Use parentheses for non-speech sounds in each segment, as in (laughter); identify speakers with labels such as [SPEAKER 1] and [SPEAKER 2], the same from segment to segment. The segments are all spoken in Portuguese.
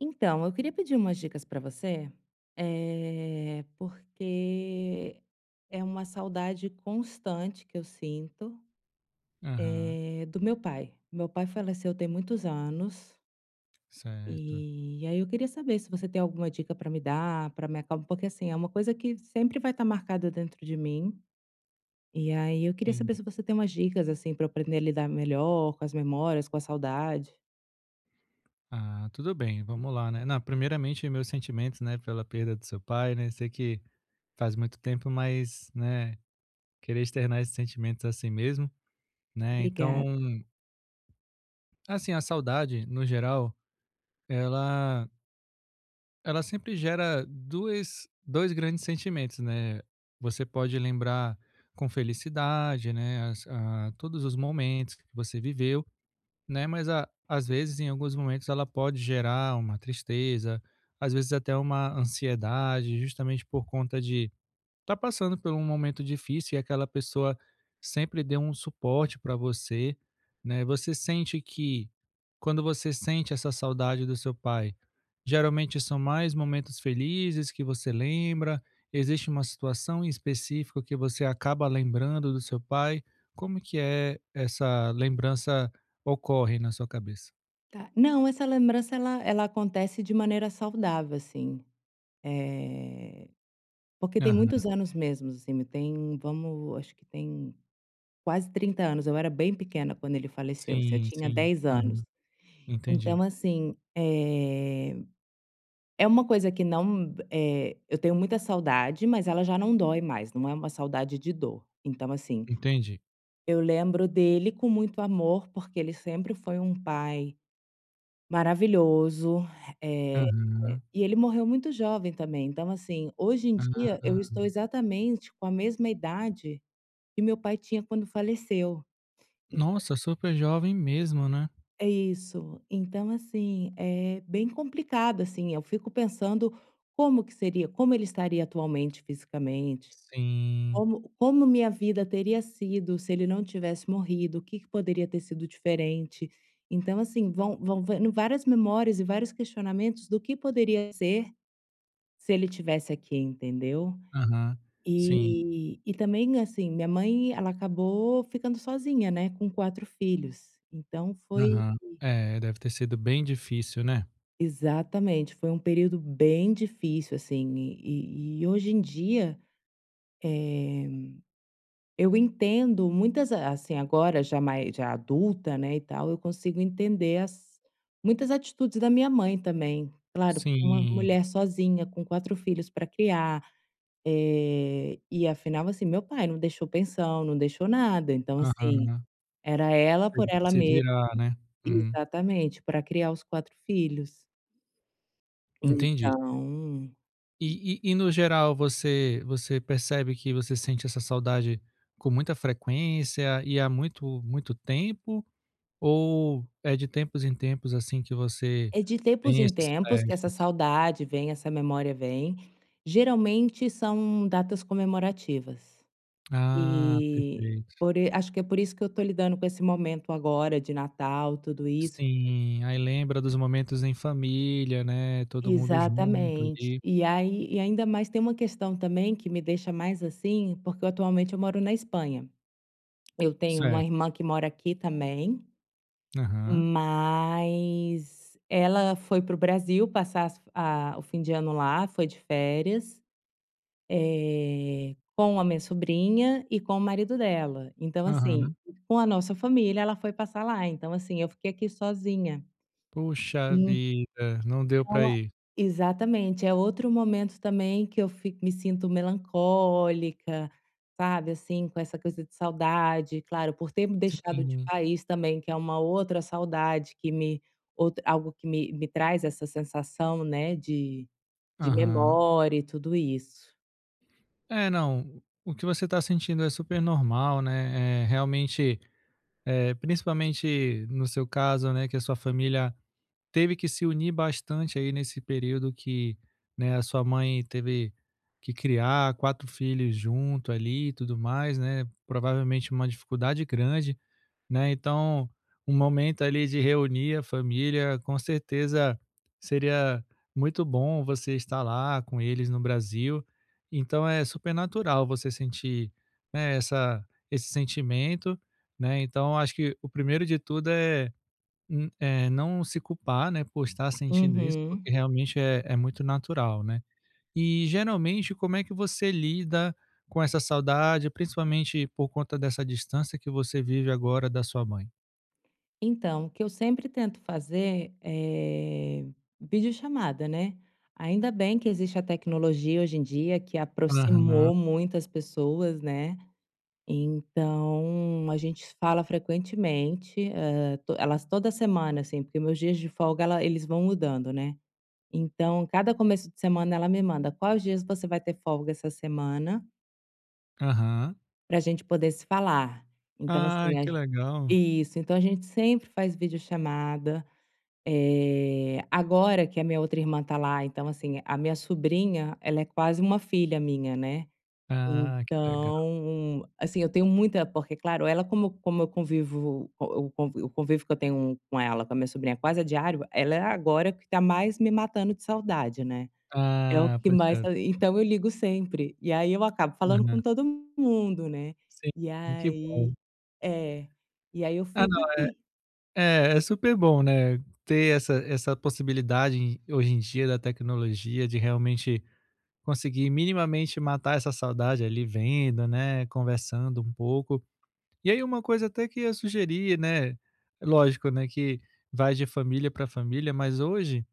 [SPEAKER 1] Então, eu queria pedir umas dicas para você, porque é uma saudade constante que eu sinto,
[SPEAKER 2] Aham,
[SPEAKER 1] do meu pai. Meu pai faleceu tem muitos anos,
[SPEAKER 2] certo.
[SPEAKER 1] e aí eu queria saber se você tem alguma dica para me dar, para me acalmar, porque assim, é uma coisa que sempre vai estar marcada dentro de mim, e aí eu queria
[SPEAKER 2] Sim.
[SPEAKER 1] saber se você tem umas dicas, assim, para aprender a lidar melhor com as memórias, com a saudade.
[SPEAKER 2] Ah, tudo bem, vamos lá, né. Não, primeiramente meus sentimentos, né, pela perda do seu pai, né, sei que faz muito tempo, mas, né, querer externar esses sentimentos assim mesmo, né. Então,
[SPEAKER 1] Obrigada.
[SPEAKER 2] assim, a saudade, no geral, ela ela sempre gera duas 2 grandes sentimentos, né. Você pode lembrar com felicidade, né, as a todos os momentos que você viveu. Né, mas a às vezes, em alguns momentos, ela pode gerar uma tristeza, às vezes até uma ansiedade, justamente por conta de tá passando por um momento difícil e aquela pessoa sempre deu um suporte para você, né? Você sente que quando você sente essa saudade do seu pai, geralmente são mais momentos felizes que você lembra? Existe uma situação em específico que você acaba lembrando do seu pai? Como que é essa lembrança ocorre na sua cabeça?
[SPEAKER 1] Tá. Não, essa lembrança ela acontece de maneira saudável, assim, eh, porque tem
[SPEAKER 2] Aham.
[SPEAKER 1] muitos anos mesmo, assim, tem vamos acho que tem quase 30 anos, eu era bem pequena quando ele faleceu, assim, eu
[SPEAKER 2] Sim,
[SPEAKER 1] tinha
[SPEAKER 2] sim.
[SPEAKER 1] 10 anos.
[SPEAKER 2] Aham. Entendi,
[SPEAKER 1] Então assim, é uma coisa que não, eu tenho muita saudade, mas ela já não dói mais, não é uma saudade de dor. Então assim,
[SPEAKER 2] entendi.
[SPEAKER 1] eu lembro dele com muito amor, porque ele sempre foi um pai maravilhoso, eh,
[SPEAKER 2] Aham.
[SPEAKER 1] e ele morreu muito jovem também, então assim, hoje em dia eu
[SPEAKER 2] Ah.
[SPEAKER 1] estou exatamente com a mesma idade que meu pai tinha quando faleceu. En
[SPEAKER 2] Nossa, super jovem mesmo, né.
[SPEAKER 1] É isso. Então assim, é bem complicado, assim, eu fico pensando como que seria, como ele estaria atualmente, fisicamente,
[SPEAKER 2] Sim.
[SPEAKER 1] como minha vida teria sido se ele não tivesse morrido, o que que poderia ter sido diferente. Então assim, vão vendo várias memórias e vários questionamentos do que poderia ser se ele tivesse aqui, entendeu.
[SPEAKER 2] Aham. Sim.
[SPEAKER 1] E também, assim, minha mãe, ela acabou ficando sozinha, né, com 4 filhos. Então foi
[SPEAKER 2] Aham. É, deve ter sido bem difícil, né.
[SPEAKER 1] exatamente, foi um período bem difícil, assim, e hoje em dia, eh, eu entendo muitas a assim, agora já mais, já adulta, né, e tal, eu consigo entender as muitas atitudes da minha mãe também. Claro, porque uma
[SPEAKER 2] Sim.
[SPEAKER 1] mulher sozinha com 4 filhos para criar. E afinal, assim, meu pai não deixou pensão, não deixou nada, então assim,
[SPEAKER 2] Aham.
[SPEAKER 1] era ela por
[SPEAKER 2] Teve que
[SPEAKER 1] ela
[SPEAKER 2] se
[SPEAKER 1] mesma,
[SPEAKER 2] virar, né. Uhum.
[SPEAKER 1] exatamente, para criar os 4 filhos.
[SPEAKER 2] Entendi.
[SPEAKER 1] Então,
[SPEAKER 2] E no geral você percebe que você sente essa saudade com muita frequência e há muito tempo? Ou é de tempos em tempos, assim, que você
[SPEAKER 1] é de tempos
[SPEAKER 2] tem
[SPEAKER 1] em
[SPEAKER 2] esses
[SPEAKER 1] tempos que essa
[SPEAKER 2] flashes?
[SPEAKER 1] saudade vem, essa memória vem, geralmente são datas comemorativas.
[SPEAKER 2] Ah,
[SPEAKER 1] E
[SPEAKER 2] perfeito.
[SPEAKER 1] por e acho que é por isso que eu estou lidando com esse momento agora de Natal, tudo isso.
[SPEAKER 2] Sim, aí lembra dos momentos em família, né, todo mundo junto
[SPEAKER 1] Exatamente.
[SPEAKER 2] ali.
[SPEAKER 1] E aí, ainda mais tem uma questão também que me deixa mais assim, porque atualmente eu moro na Espanha. Eu tenho uma
[SPEAKER 2] Certo.
[SPEAKER 1] irmã que mora aqui também,
[SPEAKER 2] Aham,
[SPEAKER 1] mas ela foi para o Brasil passar as a o fim de ano lá, foi de férias, com a minha sobrinha e com o marido dela. Então assim,
[SPEAKER 2] aham.
[SPEAKER 1] com a nossa família ela foi passar lá, então assim, eu fiquei aqui sozinha.
[SPEAKER 2] Puxa vida, não deu pra
[SPEAKER 1] Então,
[SPEAKER 2] ir.
[SPEAKER 1] exatamente, é outro momento também que eu fico me sinto melancólica, sabe, assim, com essa coisa de saudade, claro, por ter me deixado de
[SPEAKER 2] Sim,
[SPEAKER 1] país também, que é uma outra saudade que me outra algo que me traz essa sensação, né, de
[SPEAKER 2] aham.
[SPEAKER 1] memória e tudo isso.
[SPEAKER 2] É, não, o que você tá sentindo é super normal, né, é realmente, é principalmente no seu caso, né, que a sua família teve que se unir bastante aí nesse período que, né, a sua mãe teve que criar 4 filhos junto ali e tudo mais, né, provavelmente uma dificuldade grande, né, então um momento ali de reunir a família, com certeza seria muito bom você estar lá com eles no Brasil, então é super natural você sentir, né, essa esse sentimento, né, então acho que o primeiro de tudo é é, não se culpar, né, por estar sentindo isso, porque
[SPEAKER 1] Uhum.
[SPEAKER 2] realmente é muito natural, né. E geralmente como é que você lida com essa saudade, principalmente por conta dessa distância que você vive agora da sua mãe?
[SPEAKER 1] Então, o que eu sempre tento fazer é videochamada, né. Ainda bem que existe a tecnologia hoje em dia que
[SPEAKER 2] Aham,
[SPEAKER 1] aproximou muitas pessoas, né. Então a gente fala frequentemente, hã, to elas toda semana, assim, porque meus dias de folga ela eles vão mudando, né. Então cada começo de semana ela me manda: "Quais dias você vai ter folga essa semana
[SPEAKER 2] aham.
[SPEAKER 1] para a gente poder se falar?". Então
[SPEAKER 2] Ah,
[SPEAKER 1] assim, a
[SPEAKER 2] que legal.
[SPEAKER 1] isso, então a gente sempre faz videochamada. Agora que a minha outra irmã tá lá, então assim, a minha sobrinha, ela é quase uma filha minha, né.
[SPEAKER 2] Ah, que legal.
[SPEAKER 1] Então, assim, eu tenho muita, porque claro, ela como eu convivo, o convívio que eu tenho com ela, com a minha sobrinha, quase é diário, ela é agora que tá mais me matando de saudade, né. É o
[SPEAKER 2] Ah,
[SPEAKER 1] que mais,
[SPEAKER 2] poxa.
[SPEAKER 1] então eu ligo sempre, e aí eu acabo falando com
[SPEAKER 2] Aham.
[SPEAKER 1] todo mundo, né.
[SPEAKER 2] Sim,
[SPEAKER 1] E
[SPEAKER 2] que
[SPEAKER 1] aí
[SPEAKER 2] bom.
[SPEAKER 1] é, e aí, eu
[SPEAKER 2] Ah,
[SPEAKER 1] fico
[SPEAKER 2] não,
[SPEAKER 1] aqui.
[SPEAKER 2] é, é super bom, né, ter essa possibilidade hoje em dia da tecnologia de realmente conseguir minimamente matar essa saudade ali vendo, né, conversando um pouco. E aí uma coisa até que eu sugeri, né, lógico, né, que vai de família para família, mas hoje,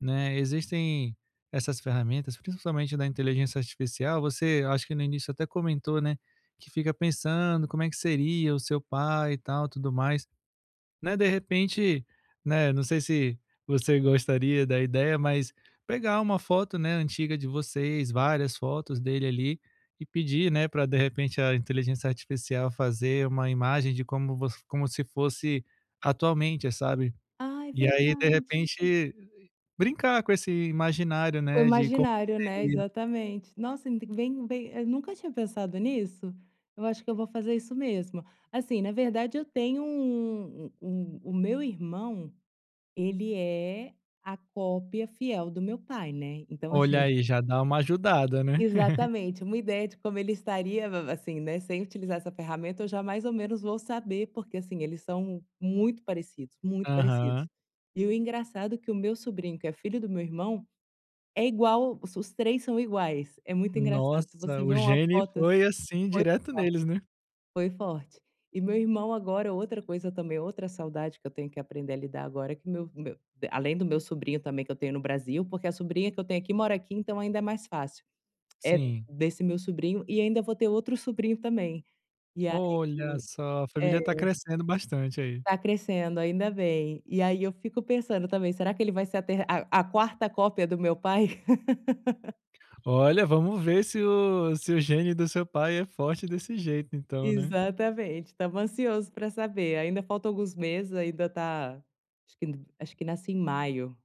[SPEAKER 2] né, existem essas ferramentas, principalmente da inteligência artificial, você acho que no início até comentou, né, que fica pensando como é que seria o seu pai e tal, tudo mais, né, de repente, né, não sei se você gostaria da ideia, mas pegar uma foto, né, antiga de vocês, várias fotos dele ali e pedir, né, para de repente a inteligência artificial fazer uma imagem de como vo como se fosse atualmente, sabe.
[SPEAKER 1] Ah, é
[SPEAKER 2] E aí, de
[SPEAKER 1] verdade.
[SPEAKER 2] repente, brincar com esse imaginário,
[SPEAKER 1] O
[SPEAKER 2] né, de como
[SPEAKER 1] imaginário,
[SPEAKER 2] que
[SPEAKER 1] né,
[SPEAKER 2] ele-
[SPEAKER 1] exatamente. Nossa, bem eu nunca tinha pensado nisso. Eu acho que eu vou fazer isso mesmo. Assim, na verdade eu tenho o meu irmão, ele é a cópia fiel do meu pai, né, então
[SPEAKER 2] olha
[SPEAKER 1] assim (laughs)
[SPEAKER 2] aí, já dá uma ajudada, né. (laughs)
[SPEAKER 1] exatamente, uma ideia de como ele estaria, a assim, né, sem utilizar essa ferramenta eu já mais ou menos vou saber, porque assim, eles são muito parecidos, muito parecidos.
[SPEAKER 2] Aham.
[SPEAKER 1] E o engraçado é que o meu sobrinho, que é filho do meu irmão, é igual, os 3 são iguais, é muito engraçado, se
[SPEAKER 2] Nossa,
[SPEAKER 1] você vê
[SPEAKER 2] o
[SPEAKER 1] uma
[SPEAKER 2] gene
[SPEAKER 1] foto assim.
[SPEAKER 2] foi assim
[SPEAKER 1] Foi
[SPEAKER 2] direto neles, né.
[SPEAKER 1] foi forte. E meu irmão agora, outra coisa também, outra saudade que eu tenho que aprender a lidar agora, é que além do meu sobrinho também que eu tenho no Brasil, porque a sobrinha que eu tenho aqui mora aqui, então ainda é mais fácil. É
[SPEAKER 2] Sim.
[SPEAKER 1] desse meu sobrinho, e ainda vou ter outro sobrinho também. E aí,
[SPEAKER 2] Olha só, a família
[SPEAKER 1] é,
[SPEAKER 2] tá crescendo bastante aí.
[SPEAKER 1] tá crescendo, ainda bem. E aí eu fico pensando também, será que ele vai ser a ter a quarta cópia do meu pai?
[SPEAKER 2] Olha, vamos ver se o gene do seu pai é forte desse jeito então, né.
[SPEAKER 1] Exatamente, estamos ansiosos para saber. Ainda faltam alguns meses, ainda tá, acho que acho que nasce em maio.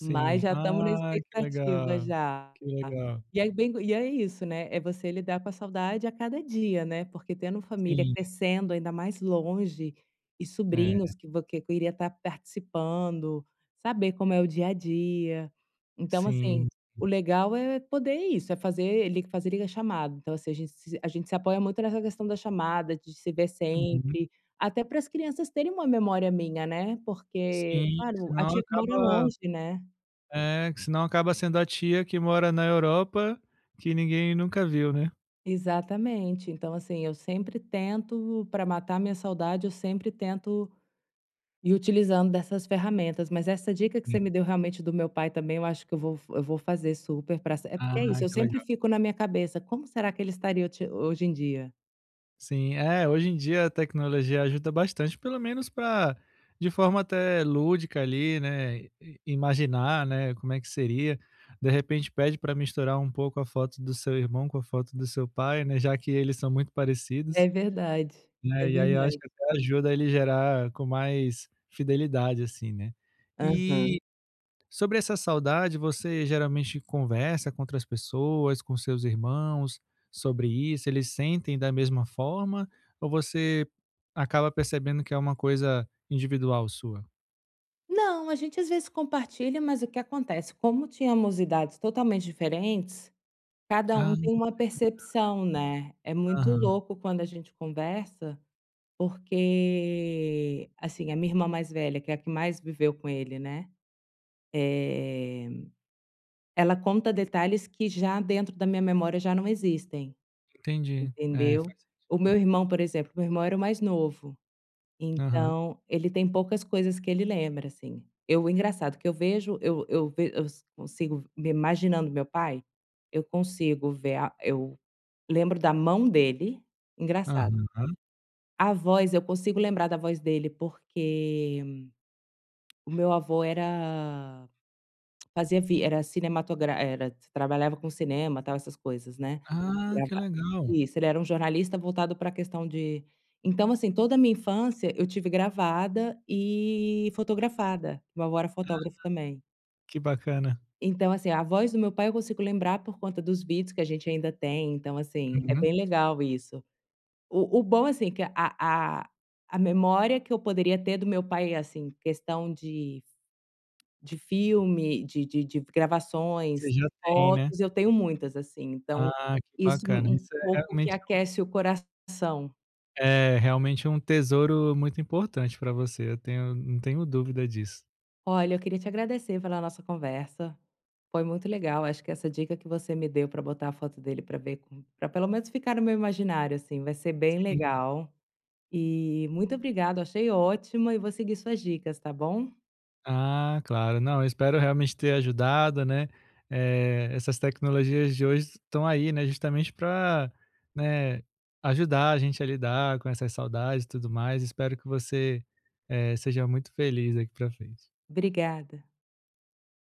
[SPEAKER 1] Mas já estamos na
[SPEAKER 2] Ah, que
[SPEAKER 1] expectativa
[SPEAKER 2] legal,
[SPEAKER 1] já.
[SPEAKER 2] que legal.
[SPEAKER 1] E é isso, né, é você lidar com a saudade a cada dia, né, porque tendo família
[SPEAKER 2] Sim,
[SPEAKER 1] crescendo ainda mais longe, e sobrinhos
[SPEAKER 2] é,
[SPEAKER 1] que vo que eu iria estar participando, saber como é o dia a dia. Então assim,
[SPEAKER 2] sim.
[SPEAKER 1] o legal é poder, é isso, é fazer liga-chamada, então assim, a gente se apoia muito nessa questão da chamada, de se ver
[SPEAKER 2] Uhum.
[SPEAKER 1] sempre, até para as crianças terem uma memória minha, né, porque,
[SPEAKER 2] Sim,
[SPEAKER 1] claro, a
[SPEAKER 2] senão
[SPEAKER 1] tia que mora
[SPEAKER 2] acaba
[SPEAKER 1] longe, né.
[SPEAKER 2] é, senão acaba sendo a tia que mora na Europa, que ninguém nunca viu, né.
[SPEAKER 1] Exatamente. Então, assim, eu sempre tento, para matar minha saudade, eu sempre tento ir utilizando dessas ferramentas. Mas essa dica que você
[SPEAKER 2] Sim.
[SPEAKER 1] me deu realmente do meu pai também, eu acho que eu vou fazer super para. É porque é
[SPEAKER 2] Ah,
[SPEAKER 1] isso, eu
[SPEAKER 2] que
[SPEAKER 1] sempre
[SPEAKER 2] legal.
[SPEAKER 1] fico na minha cabeça, como será que ele estaria hoje em dia?
[SPEAKER 2] Sim, é, hoje em dia a tecnologia ajuda bastante, pelo menos para de forma até lúdica ali, né, i imaginar, né, como é que seria. De repente pede para misturar um pouco a foto do seu irmão com a foto do seu pai, né, já que eles são muito
[SPEAKER 1] É
[SPEAKER 2] parecidos,
[SPEAKER 1] verdade, é
[SPEAKER 2] né, e aí eu acho
[SPEAKER 1] verdade.
[SPEAKER 2] que até ajuda ele gerar com mais fidelidade, assim, né.
[SPEAKER 1] Aham.
[SPEAKER 2] E sobre essa saudade, você geralmente conversa com outras pessoas, com seus irmãos, sobre isso? Eles sentem da mesma forma? Ou você acaba percebendo que é uma coisa individual sua?
[SPEAKER 1] Não, a gente às vezes compartilha, mas o que acontece? Como tínhamos idades totalmente diferentes, cada um
[SPEAKER 2] Ah,
[SPEAKER 1] tem uma percepção, né? É muito
[SPEAKER 2] aham,
[SPEAKER 1] louco quando a gente conversa. Porque, assim, a minha irmã mais velha, que é a que mais viveu com ele, né, eh, ela conta detalhes que já dentro da minha memória já não existem,
[SPEAKER 2] entendi. É,
[SPEAKER 1] entendeu.
[SPEAKER 2] faz
[SPEAKER 1] O meu irmão, por exemplo, meu irmão era o mais novo,
[SPEAKER 2] aham,
[SPEAKER 1] então ele tem poucas coisas que ele lembra, assim. Eu, engraçado que eu vejo, eu ve eu s consigo me imaginando meu pai, eu consigo ver a eu lembro da mão dele, engraçado.
[SPEAKER 2] aham.
[SPEAKER 1] A voz, eu consigo lembrar da voz dele porque o meu avô era, fazia vi era cinematogra era trabalhava com cinema, tal, essas coisas, né.
[SPEAKER 2] Ah, que
[SPEAKER 1] Grava
[SPEAKER 2] legal.
[SPEAKER 1] Isso, ele era um jornalista voltado pra questão de. Então, assim, toda a minha infância eu tive gravada e fotografada. Meu avô era fotógrafo também.
[SPEAKER 2] Que bacana.
[SPEAKER 1] Então, assim, a voz do meu pai eu consigo lembrar por conta dos vídeos que a gente ainda tem, então, assim, é
[SPEAKER 2] Uhum.
[SPEAKER 1] bem legal isso. O bom, assim, que a memória que eu poderia ter do meu pai, assim, questão de
[SPEAKER 2] Você
[SPEAKER 1] gravações,
[SPEAKER 2] já
[SPEAKER 1] de
[SPEAKER 2] tem, né?
[SPEAKER 1] fotos, eu tenho muitas, assim, então
[SPEAKER 2] Ah, que
[SPEAKER 1] isso
[SPEAKER 2] bacana.
[SPEAKER 1] um pouco que aquece o coração.
[SPEAKER 2] É realmente um tesouro muito importante para você, eu tenho não tenho dúvida disso.
[SPEAKER 1] Olha, eu queria te agradecer pela nossa conversa, foi muito legal, acho que essa dica que você me deu para botar a foto dele para ver, para pelo menos ficar no meu imaginário, assim, vai ser bem legal. E muito obrigado, achei ótima e vou seguir suas dicas, tá bom?
[SPEAKER 2] Ah, claro. Não, eu espero realmente ter ajudado, né. Essas tecnologias de hoje estão aí, né, justamente para, né, ajudar a gente a lidar com essas saudades e tudo mais. Espero que você, seja muito feliz aqui para frente.
[SPEAKER 1] Obrigada.